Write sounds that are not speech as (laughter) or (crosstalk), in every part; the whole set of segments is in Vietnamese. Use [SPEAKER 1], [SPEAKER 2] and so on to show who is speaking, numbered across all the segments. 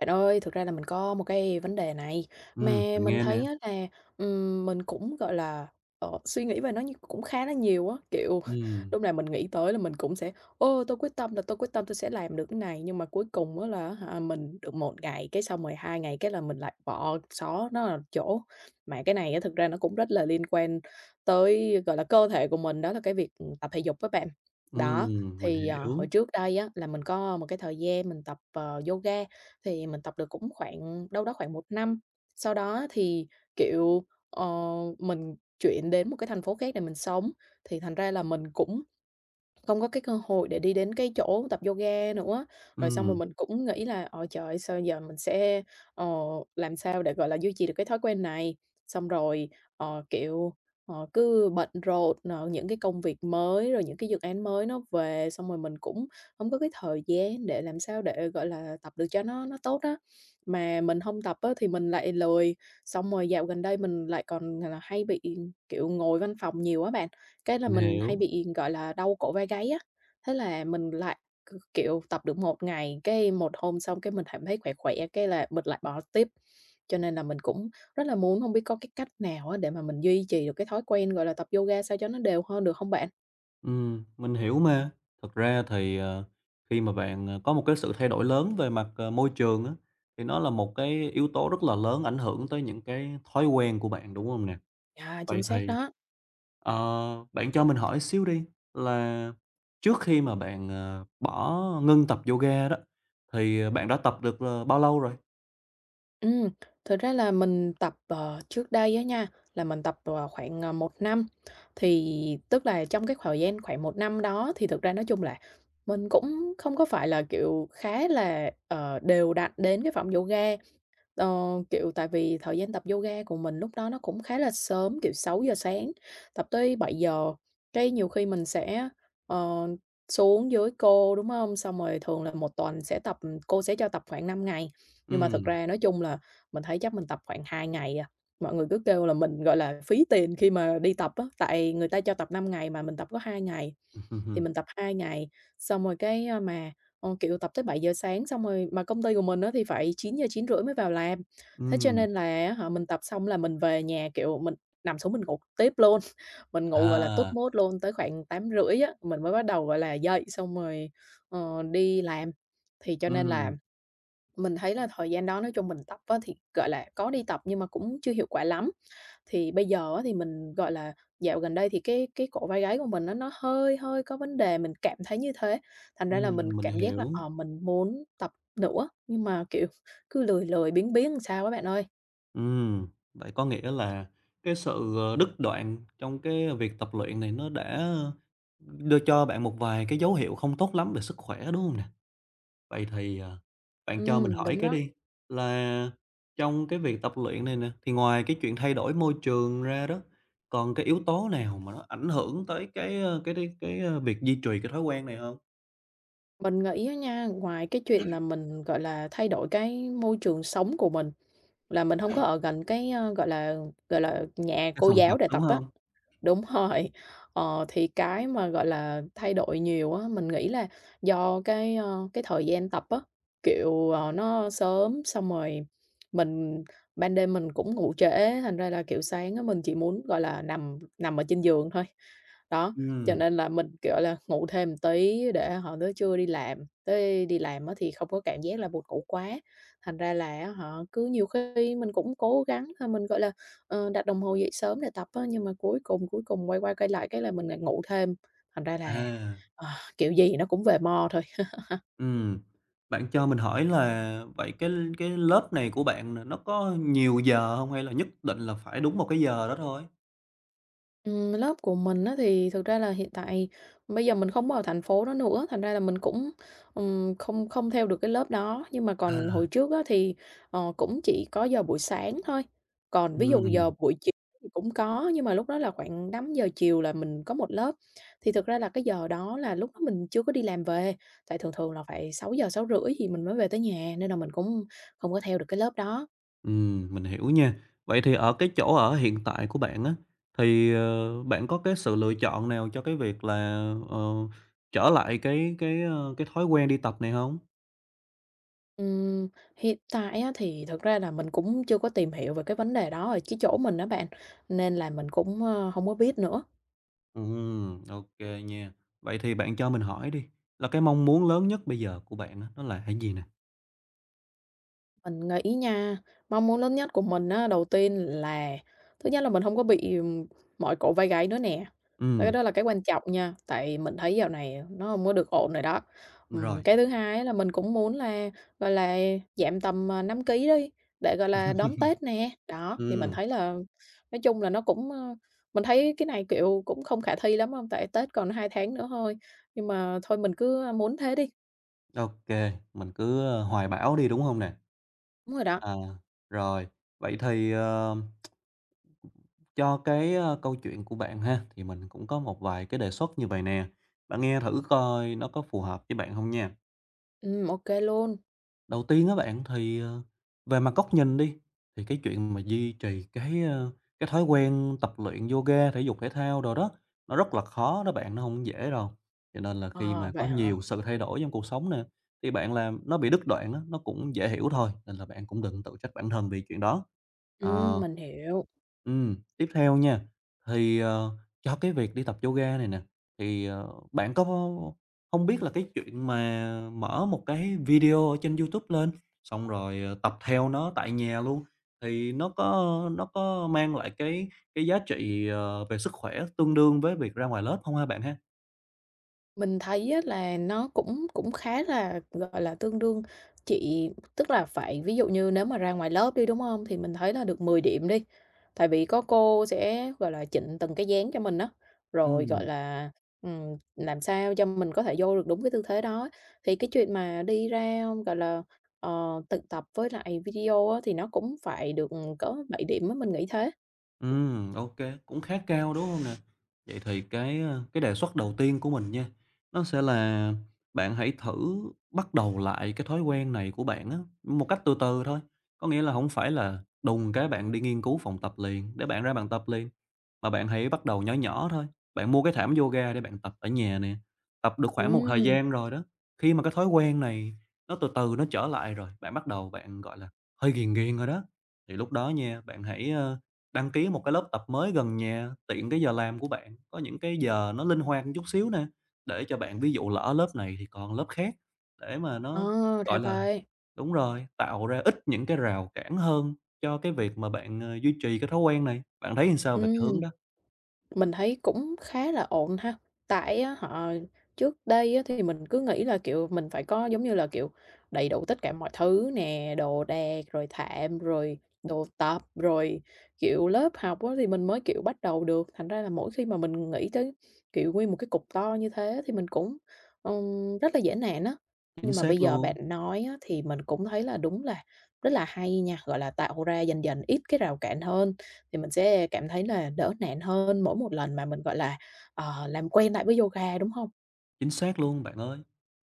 [SPEAKER 1] Bạn ơi, thực ra là mình có một cái vấn đề này, mà
[SPEAKER 2] Mình
[SPEAKER 1] mình
[SPEAKER 2] nghe nè.
[SPEAKER 1] thấy á là, mình cũng, gọi là, suy nghĩ về nó nhưng cũng khá là nhiều á. Kiểu, (laughs)
[SPEAKER 2] Ừm,
[SPEAKER 1] lúc nào mình nghĩ tới là mình cũng sẽ "Ô, tôi quyết tâm tôi sẽ làm được cái này." Nhưng mà cuối cùng á là hả, mình được một ngày, cái xong rồi 2 ngày cái là mình lại bỏ xó nó là chỗ. Mà cái này á thực ra nó cũng rất là liên quan tới, gọi là, cơ thể của mình, đó là cái việc, tập thể dục với bạn. Đó,
[SPEAKER 2] mình
[SPEAKER 1] thì, hồi
[SPEAKER 2] hiểu,
[SPEAKER 1] trước đây á là mình có một cái thời gian mình tập, yoga. Thì mình tập được cũng khoảng đâu đó khoảng một năm. Sau đó thì, kiểu, mình chuyển đến một cái thành phố khác để mình sống, thì thành ra là mình cũng không có cái cơ hội để đi đến cái chỗ tập yoga nữa. Rồi xong
[SPEAKER 2] ừm,
[SPEAKER 1] rồi mình cũng nghĩ là "Ôi trời! Sao giờ mình sẽ, ờ, làm sao để, gọi là, duy trì được cái thói quen này?" Xong rồi, kiểu, cứ bận rộn, những cái công việc mới, rồi những cái dự án mới nó về, xong rồi mình cũng không có cái thời gian để làm sao để, gọi là, tập được cho nó tốt á. Mà mình không tập á thì mình lại lười, xong rồi dạo gần đây mình lại còn, là, hay bị, kiểu, ngồi văn phòng nhiều á bạn. Cái là
[SPEAKER 2] mình
[SPEAKER 1] mình hay
[SPEAKER 2] hiểu,
[SPEAKER 1] bị, gọi là, đau cổ vai gáy á, thế là mình lại, kiểu, tập được một ngày, cái một hôm xong cái mình cảm thấy khỏe khỏe, cái là mình lại bỏ tiếp. Cho nên là mình cũng rất là muốn hông biết có cái cách nào á để mà mình duy trì được cái thói quen, gọi là, tập yoga sao cho nó đều hơn được hông bạn?
[SPEAKER 2] ừm, Mình hiểu mà. Thật ra thì, khi mà bạn, có một cái sự thay đổi lớn về mặt, môi trường á, thì nó là một cái yếu tố rất là lớn ảnh hưởng tới những cái thói quen của bạn, đúng hông nè?
[SPEAKER 1] Yeah,
[SPEAKER 2] Vậy
[SPEAKER 1] chính xác
[SPEAKER 2] thì,
[SPEAKER 1] đó.
[SPEAKER 2] ờ, bạn cho mình hỏi xíu đi là trước khi mà bạn, ngưng tập yoga đó, thì, bạn đã tập được, bao lâu rồi?
[SPEAKER 1] Ừ, thực ra là mình tập, trước đây á nha, là mình tập, khoảng, 1 năm. Thì tức là trong cái thời gian khoảng một năm đó thì thực ra nói chung là mình cũng không có phải là, kiểu, khá là, đều đặn đến cái phòng yoga. Ờ, kiểu, tại vì thời gian tập yoga của mình lúc đó nó cũng khá là sớm, kiểu, sáu giờ sáng, tập tới bảy giờ cái nhiều khi mình sẽ, ờ, xuống dưới cô, đúng không? Xong rồi thường là một tuần sẽ tập cô sẽ cho tập khoảng 5 ngày, nhưng mà thực
[SPEAKER 2] Ừm,
[SPEAKER 1] ra nói chung là mình thấy chắc mình tập khoảng 2 ngày à. Mọi người cứ kêu là mình, gọi là, phí tiền khi mà đi tập á, tại người ta cho tập 5 ngày mà mình tập có 2 ngày,
[SPEAKER 2] (laughs) ừm,
[SPEAKER 1] thì
[SPEAKER 2] ừm,
[SPEAKER 1] mình tập 2 ngày, xong rồi cái, mà kiểu, tập tới bảy giờ sáng xong rồi mà công ty của mình á thì phải chín giờ chín rưỡi mới vào làm. Thế cho
[SPEAKER 2] ừm,
[SPEAKER 1] nên là á hả, mình tập xong là mình về nhà, kiểu, mình nằm xuống mình ngủ tiếp luôn, (laughs) mình ngủ, gọi là, tốt
[SPEAKER 2] à,
[SPEAKER 1] mốt luôn, tới khoảng tám rưỡi á, mình mới bắt đầu, gọi là, dậy xong rồi, đi làm. Thì cho nên là
[SPEAKER 2] ừm.
[SPEAKER 1] mình thấy là thời gian đó nói chung mình tập á thì, gọi là, có đi tập nhưng mà cũng chưa hiệu quả lắm. Thì bây giờ á thì mình, gọi là, dạo gần đây thì cái cổ vai gáy của mình á, nó hơi hơi có vấn đề, mình cảm thấy như thế. Thành ra là mình
[SPEAKER 2] Mình
[SPEAKER 1] cảm giác là,
[SPEAKER 2] hiểu.
[SPEAKER 1] mình muốn tập nữa, nhưng mà, kiểu, cứ lười lười biếng biếng làm sao á bạn ơi.
[SPEAKER 2] Ừm, vậy có nghĩa là cái sự, đứt đoạn trong cái việc tập luyện này nó đã đưa cho bạn một vài cái dấu hiệu không tốt lắm về sức khỏe, đúng không nè? Vậy thì, bạn cho mình hỏi
[SPEAKER 1] Đúng
[SPEAKER 2] cái
[SPEAKER 1] đó.
[SPEAKER 2] đi, là trong cái việc tập luyện này nè, thì ngoài cái chuyện thay đổi môi trường ra đó, còn cái yếu tố nào mà nó ảnh hưởng tới cái, cái việc duy trì cái thói quen này không?
[SPEAKER 1] Mình nghĩ á nha, ngoài cái chuyện là mình, gọi là, thay đổi cái môi trường sống của mình, là mình hông có ở gần cái, gọi là, nhà
[SPEAKER 2] Cái
[SPEAKER 1] cô
[SPEAKER 2] phòng tập,
[SPEAKER 1] giáo để
[SPEAKER 2] đúng
[SPEAKER 1] tập á.
[SPEAKER 2] không?
[SPEAKER 1] Đúng (laughs) rồi, thì cái mà, gọi là, thay đổi nhiều á, mình nghĩ là do cái, cái thời gian tập á, kiểu, nó sớm xong rồi mình ban đêm mình cũng ngủ trễ, thành ra là, kiểu, sáng á mình chỉ muốn, gọi là, nằm nằm ở trên giường thôi. Đó. Cho
[SPEAKER 2] Ừm,
[SPEAKER 1] nên là mình, kiểu là, ngủ thêm một tí để họ tới trưa đi làm, tới đi làm á thì không có cảm giác là buồn ngủ quá. Thành ra là á hả, cứ nhiều khi mình cũng cố gắng thôi mình, gọi là, đặt đồng hồ dậy sớm để tập á, nhưng mà cuối cùng quay qua quay lại cái là mình lại ngủ thêm. Thành ra là,
[SPEAKER 2] à.
[SPEAKER 1] ờ, kiểu gì nó cũng về mo thôi.
[SPEAKER 2] Ừm, bạn cho mình hỏi là vậy cái lớp này của bạn nè, nó có nhiều giờ không hay là nhất định là phải đúng một cái giờ đó thôi?
[SPEAKER 1] Lớp của mình á thì thực ra là hiện tại bây giờ mình không ở thành phố đó nữa, thành ra là mình cũng, không không theo được cái lớp đó. Nhưng mà còn
[SPEAKER 2] À,
[SPEAKER 1] hồi trước á thì, cũng chỉ có giờ buổi sáng thôi, còn ví dụ giờ
[SPEAKER 2] ừm,
[SPEAKER 1] buổi chiều thì cũng có, nhưng mà lúc đó là khoảng năm giờ chiều là mình có một lớp. Thì thực ra là cái giờ đó là lúc đó mình chưa có đi làm về, tại thường thường là phải sáu giờ sáu rưỡi thì mình mới về tới nhà, nên là mình cũng không có theo được cái lớp đó.
[SPEAKER 2] mình hiểu nha. Vậy thì ở cái chỗ ở hiện tại của bạn á, thì, bạn có cái sự lựa chọn nào cho cái việc là, ờ, trở lại cái, cái thói quen đi tập này không?
[SPEAKER 1] Ừm, hiện tại á thì thật ra là mình cũng chưa có tìm hiểu về cái vấn đề đó ở cái chỗ mình đó bạn, nên là mình cũng, hông có biết nữa.
[SPEAKER 2] Ô nha. Vậy thì bạn cho mình hỏi đi, là cái mong muốn lớn nhất bây giờ của bạn á, nó là cái gì nè?
[SPEAKER 1] Mình nghĩ nha, mong muốn lớn nhất của mình á, đầu tiên là thứ nhất là mình không có bị, mỏi cổ vai gáy nữa nè, và cái
[SPEAKER 2] Ừm,
[SPEAKER 1] đó là cái quan trọng nha, tại mình thấy dạo này nó không có được ổn rồi đó.
[SPEAKER 2] rồi,
[SPEAKER 1] Cái thứ hai á là mình cũng muốn là, gọi là, giảm tầm, 5 ký đi, để, gọi là, đón Tết nè. Đó, thì mình
[SPEAKER 2] ừm.
[SPEAKER 1] thấy là nói chung là nó cũng, mình thấy cái này, kiểu, cũng không khả thi lắm không? Tại Tết còn 2 tháng nữa thôi, nhưng mà thôi mình cứ muốn thế đi.
[SPEAKER 2] OK, mình cứ, hoài bão đi, đúng không nè?
[SPEAKER 1] Đúng rồi đó,
[SPEAKER 2] À, rồi, vậy thì, cho cái, câu chuyện của bạn ha, thì mình cũng có một vài cái đề xuất như vậy nè, bạn nghe thử coi nó có phù hợp với bạn không nha.
[SPEAKER 1] ô luôn.
[SPEAKER 2] Đầu tiên á bạn thì, về mặt góc nhìn đi, thì cái chuyện mà duy trì cái, cái thói quen tập luyện yoga, thể dục thể thao đồ đó, nó rất là khó đó bạn, nó không dễ đâu. Cho nên là khi
[SPEAKER 1] Ờ,
[SPEAKER 2] mà có
[SPEAKER 1] vậy hả?
[SPEAKER 2] nhiều sự thay đổi trong cuộc sống nè, thì bạn làm nó bị đứt đoạn á, nó cũng dễ hiểu thôi, nên là bạn cũng đừng tự trách bản thân vì chuyện đó. Ờ.
[SPEAKER 1] Mình hiểu.
[SPEAKER 2] Tiếp theo nha, thì, cho cái việc đi tập yoga này nè, thì, bạn có không biết là cái chuyện mà mở một cái video ở trên YouTube lên, xong rồi, tập theo nó tại nhà luôn, thì nó có mang lại cái giá trị, về sức khỏe tương đương với việc ra ngoài lớp không ha bạn ha?
[SPEAKER 1] Mình thấy á là nó cũng cũng khá là, gọi là, tương đương chị tức là phải ví dụ như nếu mà ra ngoài lớp đi, đúng không? Thì mình thấy là được 10 điểm đi, tại vì có cô sẽ, gọi là, chỉnh từng cái dáng cho mình đó rồi, gọi
[SPEAKER 2] Ừm,
[SPEAKER 1] là, làm sao cho mình có thể vô được đúng cái tư thế đó. Thì cái chuyện mà đi ra, gọi là, thực tập với lại video á, thì nó cũng phải được có 7 điểm á, mình nghĩ thế.
[SPEAKER 2] ok cũng khá cao, đúng không nè? Vậy thì cái, cái đề xuất đầu tiên của mình nha, nó sẽ là bạn hãy thử bắt đầu lại cái thói quen này của bạn á, một cách từ từ thôi. Có nghĩa là không phải là đùng cái bạn đi nghiên cứu phòng tập liền, để bạn ra bàn tập liền. Mà bạn hãy bắt đầu nhỏ nhỏ thôi, bạn mua cái thảm yoga để bạn tập ở nhà nè, tập được khoảng một thời
[SPEAKER 1] Ừm,
[SPEAKER 2] gian rồi đó, khi mà cái thói quen này nó từ từ nó trở lại rồi, bạn bắt đầu bạn, gọi là, hơi ghiền ghiền rồi đó, thì lúc đó nha, bạn hãy, đăng ký một cái lớp tập mới gần nhà, tiện cái giờ làm của bạn, có những cái giờ nó linh hoạt một chút xíu nè, để cho bạn ví dụ lỡ lớp này thì còn lớp khác, để mà nó,
[SPEAKER 1] ờ,
[SPEAKER 2] gọi
[SPEAKER 1] ra
[SPEAKER 2] là
[SPEAKER 1] vậy.
[SPEAKER 2] đúng rồi, tạo ra ít những cái rào cản hơn cho cái việc mà bạn, duy trì cái thói quen này. Bạn thấy sao về cái hướng
[SPEAKER 1] Ừm.
[SPEAKER 2] đó?
[SPEAKER 1] Mình thấy cũng khá là ổn ha, tại á họ trước đây á thì mình cứ nghĩ là, kiểu, mình phải có, giống như là, kiểu, đầy đủ tất cả mọi thứ nè, đồ đạc, rồi thảm, rồi đồ tập, rồi, kiểu, lớp học á thì mình mới, kiểu, bắt đầu được. Thành ra là mỗi khi mà mình nghĩ tới, kiểu, nguyên một cái cục to như thế thì mình cũng, rất là dễ nản á.
[SPEAKER 2] Chính
[SPEAKER 1] Nhưng mà
[SPEAKER 2] xác
[SPEAKER 1] bây giờ
[SPEAKER 2] luôn.
[SPEAKER 1] bạn nói á thì mình cũng thấy là đúng là rất là hay nha, gọi là, tạo ra dần dần ít cái rào cản hơn. Thì mình sẽ cảm thấy là đỡ nản hơn mỗi một lần mà mình, gọi là, làm quen lại với yoga, đúng hông?
[SPEAKER 2] Chính xác luôn bạn ơi.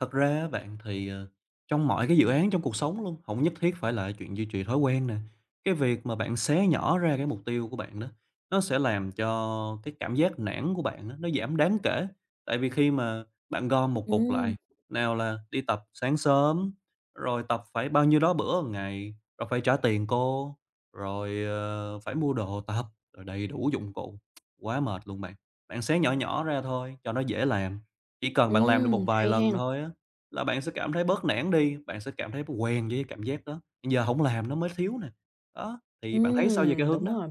[SPEAKER 2] Thật ra á bạn thì, trong mọi cái dự án trong cuộc sống luôn, không nhất thiết phải là chuyện duy trì thói quen nè. Cái việc mà bạn xé nhỏ ra cái mục tiêu của bạn đó, nó sẽ làm cho cái cảm giác nản của bạn á, nó giảm đáng kể. Tại vì khi mà bạn gom một cục
[SPEAKER 1] Ừm,
[SPEAKER 2] lại, nào là đi tập sáng sớm, rồi tập phải bao nhiêu đó bữa một ngày, rồi phải trả tiền cô, rồi, phải mua đồ tập, rồi đầy đủ dụng cụ, quá mệt luôn bạn. Bạn xé nhỏ nhỏ ra thôi cho nó dễ làm, chỉ cần bạn làm được một vài
[SPEAKER 1] hay
[SPEAKER 2] lần
[SPEAKER 1] ha.
[SPEAKER 2] thôi á, là bạn sẽ cảm thấy bớt nản đi, bạn sẽ cảm thấy quen với cái cảm giác đó. Nhưng giờ hổng làm nó mới thiếu nè. Đó, thì bạn thấy sao về cái hướng
[SPEAKER 1] Đúng
[SPEAKER 2] đó?
[SPEAKER 1] rồi,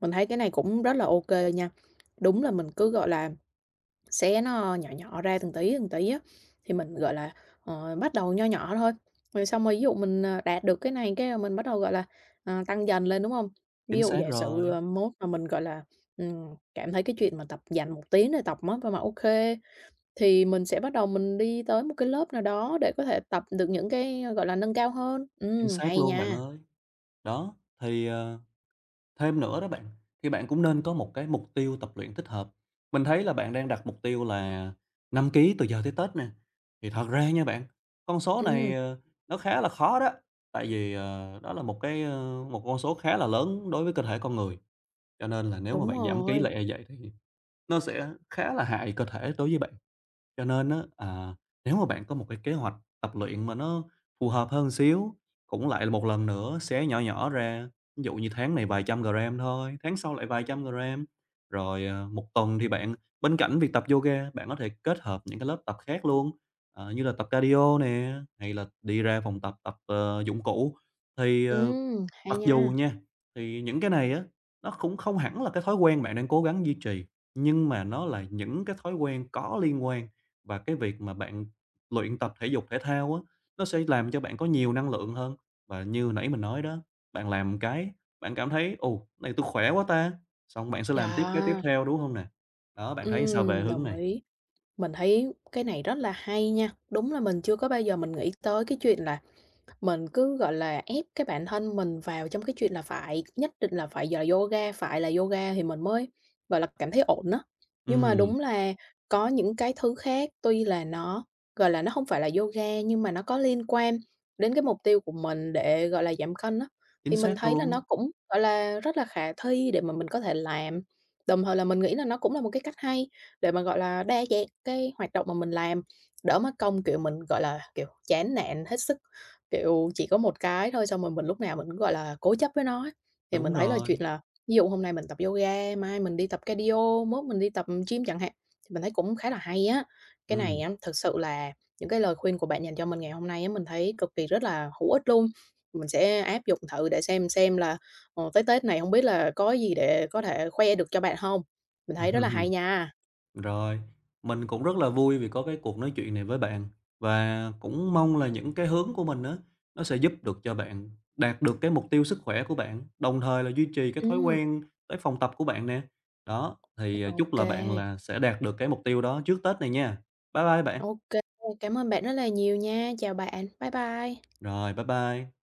[SPEAKER 1] mình thấy cái này cũng rất là ô kê nha. Đúng là mình cứ, gọi là, xé nó nhỏ nhỏ ra từng tí á, thì mình, gọi là, bắt đầu nho nhỏ thôi, rồi xong rồi ví dụ mình, đạt được cái này cái là mình bắt đầu, gọi là, tăng dần lên, đúng hông? Ví
[SPEAKER 2] Chính
[SPEAKER 1] dụ
[SPEAKER 2] xác
[SPEAKER 1] giả sử,
[SPEAKER 2] rồi,
[SPEAKER 1] mốt mà mình, gọi là, cảm thấy cái chuyện mà tập dành một tiếng để tập á, thôi mà ô kê. Thì mình sẽ bắt đầu mình đi tới một cái lớp nào đó để có thể tập được những cái, gọi là, nâng cao hơn.
[SPEAKER 2] chính xác
[SPEAKER 1] Hay
[SPEAKER 2] luôn bạn
[SPEAKER 1] nha.
[SPEAKER 2] ơi. Đó, thì, thêm nữa đó bạn, thì bạn cũng nên có một cái mục tiêu tập luyện thích hợp. Mình thấy là bạn đang đặt mục tiêu là 5 ký từ giờ tới Tết nè, thì thật ra nha bạn, con số này,
[SPEAKER 1] Ừm,
[SPEAKER 2] nó khá là khó đó, tại vì, đó là một cái, một con số khá là lớn đối với cơ thể con người. Cho nên là nếu mà
[SPEAKER 1] đúng
[SPEAKER 2] bạn giảm ký
[SPEAKER 1] rồi.
[SPEAKER 2] lẹ vậy thì nó sẽ khá là hại cơ thể đối với bạn. Cho nên á, à, nếu mà bạn có một cái kế hoạch tập luyện mà nó phù hợp hơn xíu, cũng lại là một lần nữa xé nhỏ nhỏ ra, ví dụ như tháng này vài trăm gram thôi, tháng sau lại vài trăm gram. Rồi, 1 tuần thì bạn bên cạnh việc tập yoga, bạn có thể kết hợp những cái lớp tập khác luôn, như là tập cardio nè, hay là đi ra phòng tập tập, dụng cụ. Thì, ờ.
[SPEAKER 1] Hay
[SPEAKER 2] Mặc dù
[SPEAKER 1] nha.
[SPEAKER 2] nha, thì những cái này á, nó cũng không hẳn là cái thói quen bạn đang cố gắng duy trì, nhưng mà nó là những cái thói quen có liên quan và cái việc mà bạn luyện tập thể dục thể thao á, nó sẽ làm cho bạn có nhiều năng lượng hơn. Và như nãy mình nói đó, bạn làm một cái, bạn cảm thấy "Ồ, cái này tôi khỏe quá ta!" Xong bạn sẽ làm tiếp cái tiếp
[SPEAKER 1] Yeah,
[SPEAKER 2] theo, đúng không nè? Đó, bạn thấy sao về hướng
[SPEAKER 1] đồng
[SPEAKER 2] này?
[SPEAKER 1] ý. Mình thấy cái này rất là hay nha. Đúng là mình chưa có bao giờ mình nghĩ tới cái chuyện là mình cứ, gọi là, ép cái bản thân mình vào trong cái chuyện là phải nhất định là phải giờ yoga, phải là yoga thì mình mới, gọi là, cảm thấy ổn á. Nhưng mà
[SPEAKER 2] Ừm,
[SPEAKER 1] đúng là có những cái thứ khác tuy là nó, gọi là, nó không phải là yoga nhưng mà nó có liên quan đến cái mục tiêu của mình để, gọi là, giảm cân á,
[SPEAKER 2] chính
[SPEAKER 1] thì
[SPEAKER 2] xác
[SPEAKER 1] mình thấy là
[SPEAKER 2] luôn,
[SPEAKER 1] nó cũng, gọi là, rất là khả thi để mà mình có thể làm. Đồng thời là mình nghĩ là nó cũng là một cái cách hay để mà, gọi là, đa dạng cái hoạt động mà mình làm, đỡ mất công, kiểu, mình, gọi là, kiểu, chán nản hết sức. Kiểu, chỉ có một cái thôi, xong rồi mình lúc nào mình cũng, gọi là, cố chấp với nó ấy. Thì
[SPEAKER 2] đúng
[SPEAKER 1] mình thấy là chuyện
[SPEAKER 2] rồi,
[SPEAKER 1] là ví dụ hôm nay mình tập yoga, mai mình đi tập cardio, mốt mình đi tập gym chẳng hạn, thì mình thấy cũng khá là hay á. Cái này
[SPEAKER 2] ừm.
[SPEAKER 1] á, thực sự là những cái lời khuyên của bạn dành cho mình ngày hôm nay á, mình thấy cực kỳ rất là hữu ích luôn. Mình sẽ áp dụng thử để xem là, tới Tết này hông biết là có gì để có thể khoe được cho bạn hông? Mình thấy rất là
[SPEAKER 2] (laughs)
[SPEAKER 1] hay nha.
[SPEAKER 2] Rồi, mình cũng rất là vui vì có cái cuộc nói chuyện này với bạn và cũng mong là những cái hướng của mình á, nó sẽ giúp được cho bạn đạt được cái mục tiêu sức khỏe của bạn, đồng thời là duy trì cái thói
[SPEAKER 1] Ừm,
[SPEAKER 2] quen tới phòng tập của bạn nè. Đó, thì, à,
[SPEAKER 1] ô
[SPEAKER 2] chúc là bạn
[SPEAKER 1] kê,
[SPEAKER 2] là sẽ đạt được cái mục tiêu đó trước Tết này nha. Bye bye bạn.
[SPEAKER 1] ô kê, cám ơn bạn rất là nhiều nha. Chào bạn, bye bye.
[SPEAKER 2] Rồi, bye bye.